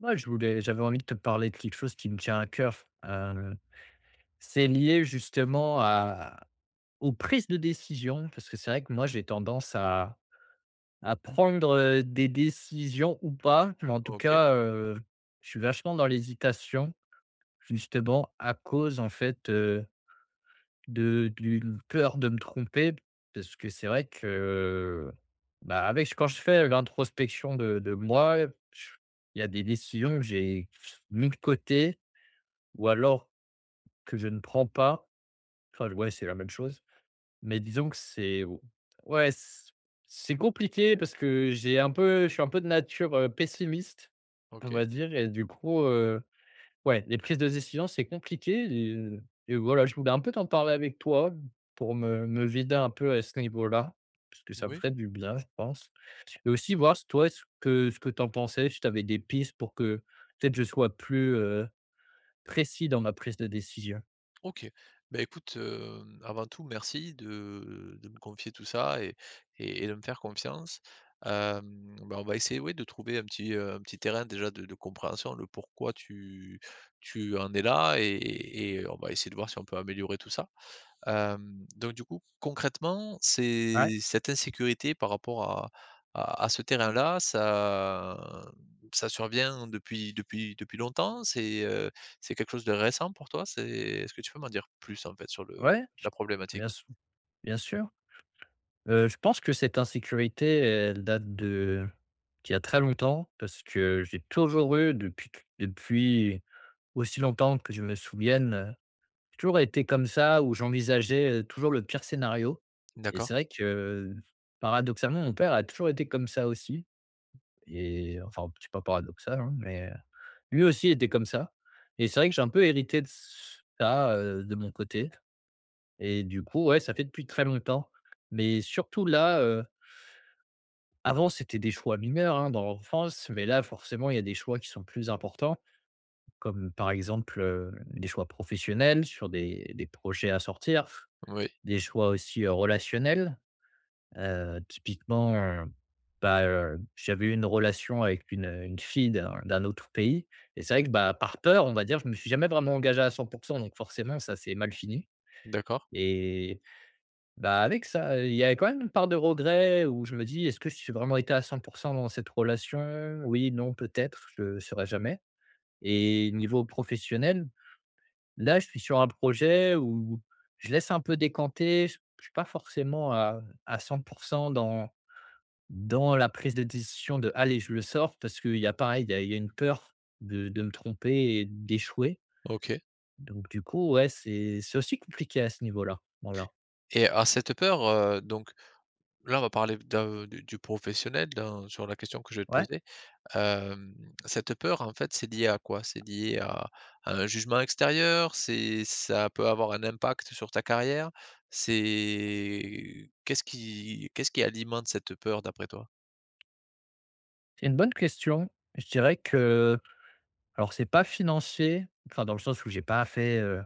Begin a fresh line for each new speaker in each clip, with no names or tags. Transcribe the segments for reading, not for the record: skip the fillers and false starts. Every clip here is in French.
Moi, je voulais j'avais envie de te parler de quelque chose qui me tient à cœur. C'est lié justement à aux prises de décision, parce que c'est vrai que moi, j'ai tendance à prendre, des décisions ou pas, mais en tout
OK,
cas, je suis vachement dans l'hésitation, justement à cause, en fait, de d'une peur de me tromper. Parce que c'est vrai que, bah, avec quand je fais l'introspection de moi, je il y a des décisions que j'ai mis de côté ou alors que je ne prends pas, enfin, ouais, c'est la même chose, mais disons que c'est ouais, c'est compliqué parce que j'ai un peu je suis un peu de nature, pessimiste, on
OK,
va dire. Et du coup, ouais, les prises de décision, c'est compliqué et voilà, je voulais un peu t'en parler avec toi pour me vider un peu à ce niveau-là, parce que ça me
oui,
ferait du bien, je pense, et aussi voir s toi, ce que tu en pensais, si tu avais des pistes pour que peut-être je sois plus précis dans ma prise de décision.
OK. Ben écoute, avant tout, merci de me confier tout ça et de me faire confiance. Bah, on va essayer, oui, de trouver un petit terrain déjà de compréhension, le pourquoi tu en es là et on va essayer de voir si on peut améliorer tout ça. Donc du coup, concrètement,
Ouais,
c'est cette insécurité par rapport à ce terrain-là, ça survient depuis longtemps? C'est quelque chose de récent pour toi? C'est est-ce que tu peux m'en dire plus, en fait, sur le
ouais,
la problématique?
bien sûr, bien sûr. Je pense que cette insécurité, elle date de d'il y a très longtemps parce que j'ai toujours eu depuis depuis aussi longtemps que je me souvienne. J'ai toujours été comme ça où j'envisageais, toujours le pire scénario, et
D'accord,
c'est vrai que, paradoxalement, mon père a toujours été comme ça aussi. Et enfin, c'est pas paradoxal, hein, mais, lui aussi était comme ça, et c'est vrai que j'ai un peu hérité de ça, de mon côté, et du coup, ouais, ça fait depuis très longtemps. Mais surtout là, avant, c'était des choix mineurs, hein, dans l'enfance, mais là, forcément, il y a des choix qui sont plus importants, comme par exemple, des choix professionnels sur des projets à sortir.
oui,
Des choix aussi, relationnels, typiquement, bah, j'avais eu une relation avec une fille d'un autre pays, et c'est vrai que, bah, par peur, on va dire, je me suis jamais vraiment engagé à 100%. Donc forcément ça s'est mal fini,
d'accord,
et bah, avec ça, il y avait quand même une part de regret où je me dis: «Est-ce que je suis vraiment été à 100% dans cette relation? Oui, non, peut-être, je saurais jamais.» Et niveau professionnel, là, je suis sur un projet où je laisse un peu décanter. Je suis pas forcément à 100 dans dans la prise de décision de: «Allez, je le sors», parce qu'il y a pareil, il y a une peur de me tromper et d'échouer.
OK,
Donc du coup, ouais, c'est aussi compliqué à ce niveau-là. Voilà.
et à cette peur, donc là, on va parler d'un du professionnel dans sur la question que je vais te
Ouais,
poser. Hem, Cette peur, en fait, c'est lié à quoi? C'est lié à un jugement extérieur? C'est ça peut avoir un impact sur ta carrière? C'est qu'est-ce qui alimente cette peur d'après toi?
c'est une bonne question. Je dirais que, alors, c'est pas financier, enfin dans le sens où j'ai pas fait,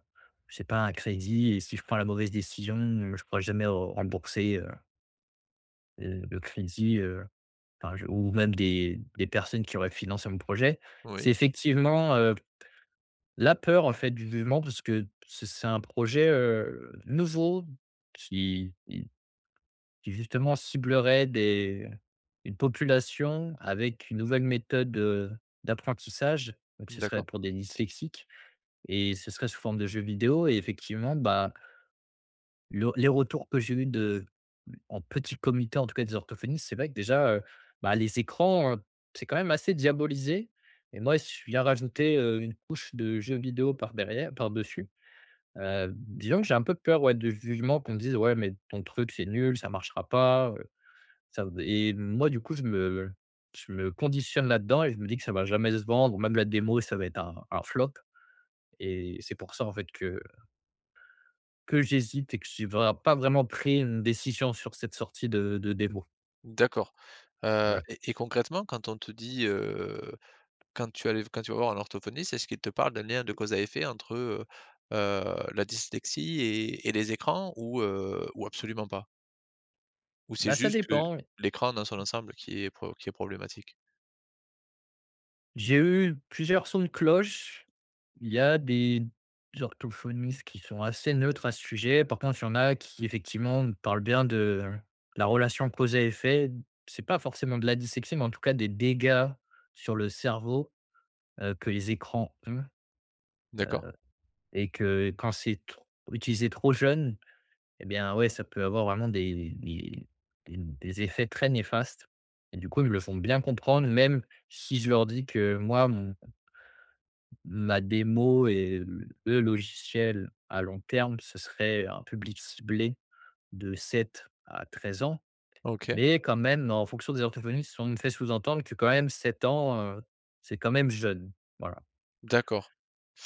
c'est pas un crédit et si je prends la mauvaise décision, je pourrais jamais re rembourser, le crédit, enfin, je, ou même des personnes qui auraient financé mon projet, c'est
Oui,
effectivement, la peur, en fait, du jugement, parce que c'est un projet, nouveau, qui qui qui justement ciblerait des une population avec une nouvelle méthode, d'apprentissage. Donc ce serait
d'accord,
pour des dyslexiques, et ce serait sous forme de jeux vidéo, et effectivement, bah, le les retours que j'ai eu de en petit comité, en tout cas des orthophonistes, c'est vrai que déjà, bah, les écrans, c'est quand même assez diabolisé, et moi, si je viens rajouter, une couche de jeux vidéo par derrière, par-dessus, disons que j'ai un peu peur, ouais, du jugement, qu'on me dise: «Ouais, mais ton truc, c'est nul, ça marchera pas, ça et moi, du coup, je me conditionne là-dedans et je me dis que ça va jamais se vendre, même la démo, ça va être un flop, et c'est pour ça, en fait, que j'hésite et que j'ai vra pas vraiment pris une décision sur cette sortie de démo.
d'accord,
Ouais.
et concrètement, quand on te dit, quand tu allais quand tu vas voir un orthophoniste, est-ce qu'il te parle d'un lien de cause à effet entre, heu, la dyslexie et les écrans ou absolument pas? Ou c'est
Bah, ça
juste que
dépend.
l'écran dans son ensemble qui est pro qui est problématique?
J'ai eu plusieurs sons de cloche. Il y a des orthophonistes qui sont assez neutres à ce sujet. Par contre, il y en a qui effectivement parlent bien de la relation cause à effet. C'est pas forcément de la dyslexie, mais en tout cas des dégâts sur le cerveau, que les écrans ont, heu
D'accord.
et que quand c'est tr utilisé trop jeune, eh bien, ouais, ça peut avoir vraiment des effets très néfastes, et du coup, ils me le font bien comprendre, même si je leur dis que moi, mon ma démo et le logiciel à long terme, ce serait un public ciblé de 7 à 13 ans.
OK,
Mais quand même, en fonction des orthophonistes, on me fait sous-entendre que quand même 7 ans, c'est quand même jeune. Voilà,
d'accord.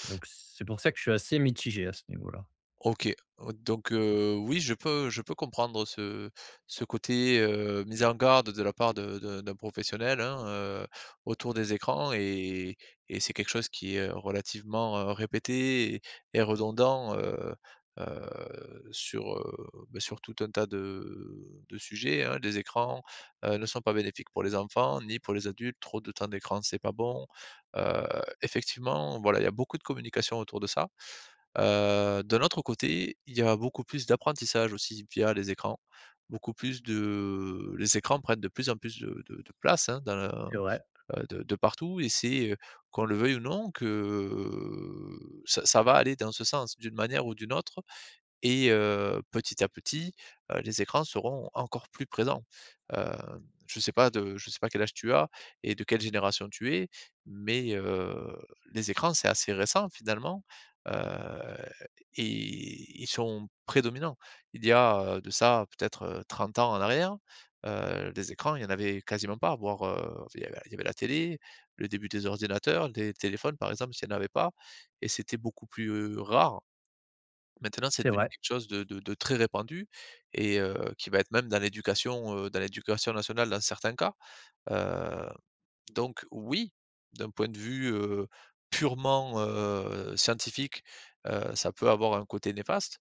donc c'est pour ça que je suis assez mitigé à ce niveau-là.
OK, oh, donc oui, je peux comprendre ce ce côté, mise en garde de la part de d'un professionnel, hein, autour des écrans et c'est quelque chose qui est, relativement, répété et redondant, sur, bah, sur tout un tas de sujets, hein. Les écrans, ne sont pas bénéfiques pour les enfants ni pour les adultes. Trop de temps d'écran, c'est pas bon. Heu, Effectivement, voilà, il y a beaucoup de communication autour de ça. D'un autre côté, il y a beaucoup plus d'apprentissage aussi via les écrans, beaucoup plus de les écrans prennent de plus en plus de place, hein, dans la
C'est vrai,
de partout et c'est, qu'on le veuille ou non que ça va aller dans ce sens d'une manière ou d'une autre et petit à petit, les écrans seront encore plus présents. Heu, je sais pas de je sais pas quel âge tu as et de quelle génération tu es, mais les écrans, c'est assez récent finalement, heu et ils sont prédominants. Il y a, de ça peut-être, 30 ans en arrière, les écrans, il y en avait quasiment pas, voire, il y avait la télé, le début des ordinateurs, des téléphones par exemple, il y en avait pas et c'était beaucoup plus rare. Maintenant, c'est
c'est
devenu
vrai.
quelque chose de très répandu et qui va être même dans l'éducation nationale dans certains cas. Heu, donc oui, d'un point de vue, purement, scientifique, ça peut avoir un côté néfaste.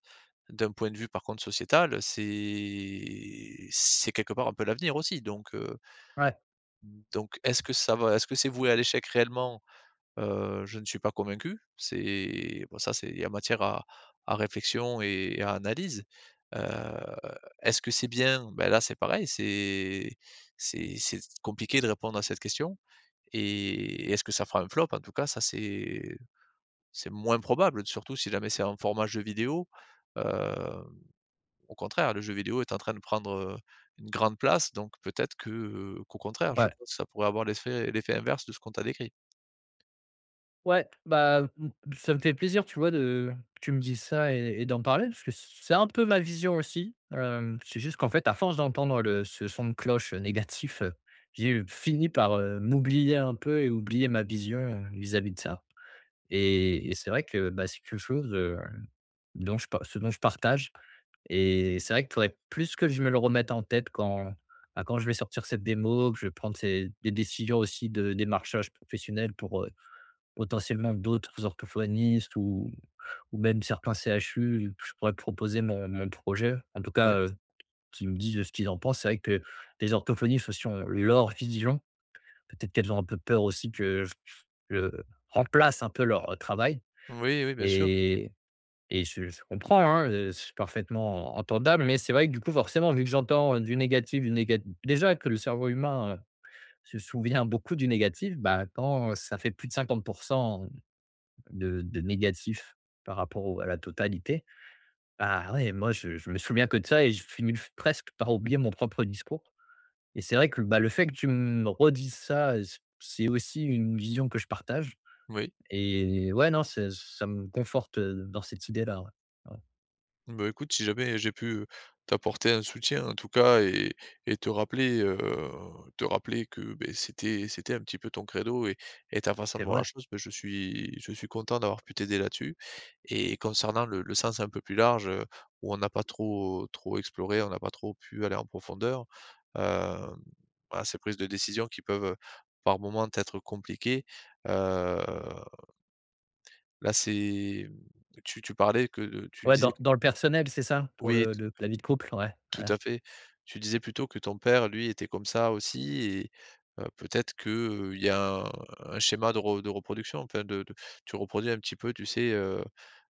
D'un point de vue par contre sociétal, c'est quelque part un peu l'avenir aussi
Ouais.
donc est-ce que ça va est-ce que c'est voué à l'échec réellement? Je ne suis pas convaincu. C'est bon ça c'est il y a matière à réflexion et à analyse. Heu, Est-ce que c'est bien? Bah, là, c'est pareil, c'est c'est compliqué de répondre à cette question et est-ce que ça fera un flop? En tout cas, ça c'est moins probable, surtout si jamais c'est en format jeu vidéo, heu au contraire, le jeu vidéo est en train de prendre, une grande place, donc peut-être que, qu'au contraire, je
Ouais.
pense que ça pourrait avoir l'effet inverse de ce qu'on t'a décrit.
Ouais, bah, mmh, ça me fait plaisir, tu vois, de que tu me dises ça et d'en parler, parce que c'est un peu ma vision aussi. C'est juste qu'en fait, à force d'entendre le ce son de cloche, négatif, j'ai fini par, m'oublier un peu et oublier ma vision, vis-à-vis de ça, et c'est vrai que, bah, c'est quelque chose, dont je par ce dont je partage, et c'est vrai qu'il faudrait plus que je me le remette en tête quand, bah, quand je vais sortir cette démo, que je vais prendre ces des décisions aussi de démarchage professionnel pour, potentiellement d'autres orthophonistes, ou même certains CHU, je pourrais proposer mon projet. En tout cas,
Oui.
qu'ils me disent ce qu'ils en pensent. C'est vrai que les orthophonistes aussi ont leur vision. Peut-être qu'elles ont un peu peur aussi que je je remplace un peu leur travail,
Oui, oui, bien sûr,
et et je comprends, hein, c'est parfaitement entendable, mais c'est vrai que du coup, forcément, vu que j'entends du négatif, du négatif, déjà que le cerveau humain, se souvient beaucoup du négatif, bah, quand ça fait plus de 50% de négatif par rapport au à la totalité. Ah ouais, moi je me souviens que de ça et je finis presque par oublier mon propre discours, et c'est vrai que, bah, le fait que tu me redises ça, c'est aussi une vision que je partage,
oui.
et ouais, non, c'est ça me conforte, dans cette idée-là, ouais. Ouais,
Bah, écoute, si jamais j'ai pu t'apporter un soutien en tout cas et te rappeler que, beh, c'était un petit peu ton credo et ta façon
c'est
de voir la
vrai.
chose, bah, je suis content d'avoir pu t'aider là-dessus et concernant le sens un peu plus large, où on n'a pas trop exploré, on n'a pas trop pu aller en profondeur, hem, bah, ces prises de décision qui peuvent, par moments, être compliquées, heu, là c'est tu parlais que tu
Ouais,
disais
dans le personnel, c'est ça? Pour
oui.
le la vie de couple? Ouais,
Tout
ouais,
à fait. Tu disais plutôt que ton père, lui, était comme ça aussi et peut-être que, il y a un schéma de reproduction, enfin de tu reproduis un petit peu, tu sais,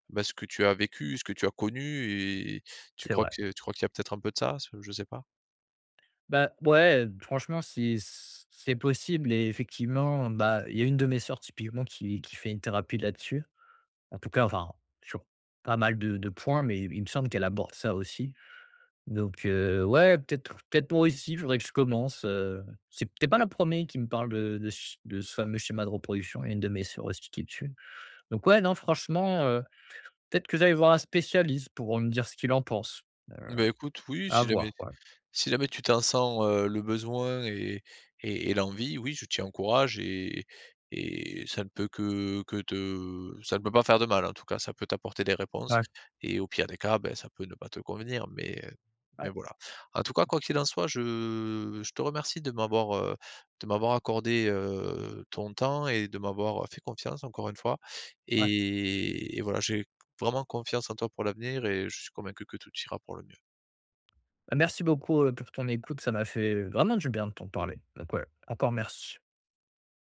bah, ce que tu as vécu, ce que tu as connu et
c'est vrai.
tu crois qu'il y a peut-être un peu de ça? Ce je sais pas.
Bah, ouais, franchement, c'est possible, et effectivement, bah, il y a une de mes sœurs typiquement qui fait une thérapie là-dessus. En tout cas, enfin, sur pas mal de points, mais il me semble qu'elle aborde ça aussi. Donc, ouais, peut-être moi aussi, il faudrait que je commence, c'est peut-être pas la première qui me parle de ce fameux schéma de reproduction. Il y a une de mes sœurs aussi qui est dessus. Donc ouais, non, franchement, peut-être que j'aille voir un spécialiste pour me dire ce qu'il en pense. Heu,
Bah, écoute, oui,
à voir, quoi.
si jamais tu t'en sens, le besoin et et l'envie, oui, je t'y encourage et ça ne peut que te ça ne peut pas faire de mal, en tout cas, ça peut t'apporter des réponses
Ouais,
et au pire des cas, ben ça peut ne pas te convenir, mais
ouais,
voilà. En tout cas, quoi qu'il en soit, je te remercie de m'avoir accordé, ton temps et de m'avoir fait confiance encore une fois
ouais.
et voilà, j'ai vraiment confiance en toi pour l'avenir et je suis convaincu que tout ira pour le mieux.
Bah, merci beaucoup, pour ton écoute. Ça m'a fait vraiment du bien de t'en parler. Donc ouais, encore merci.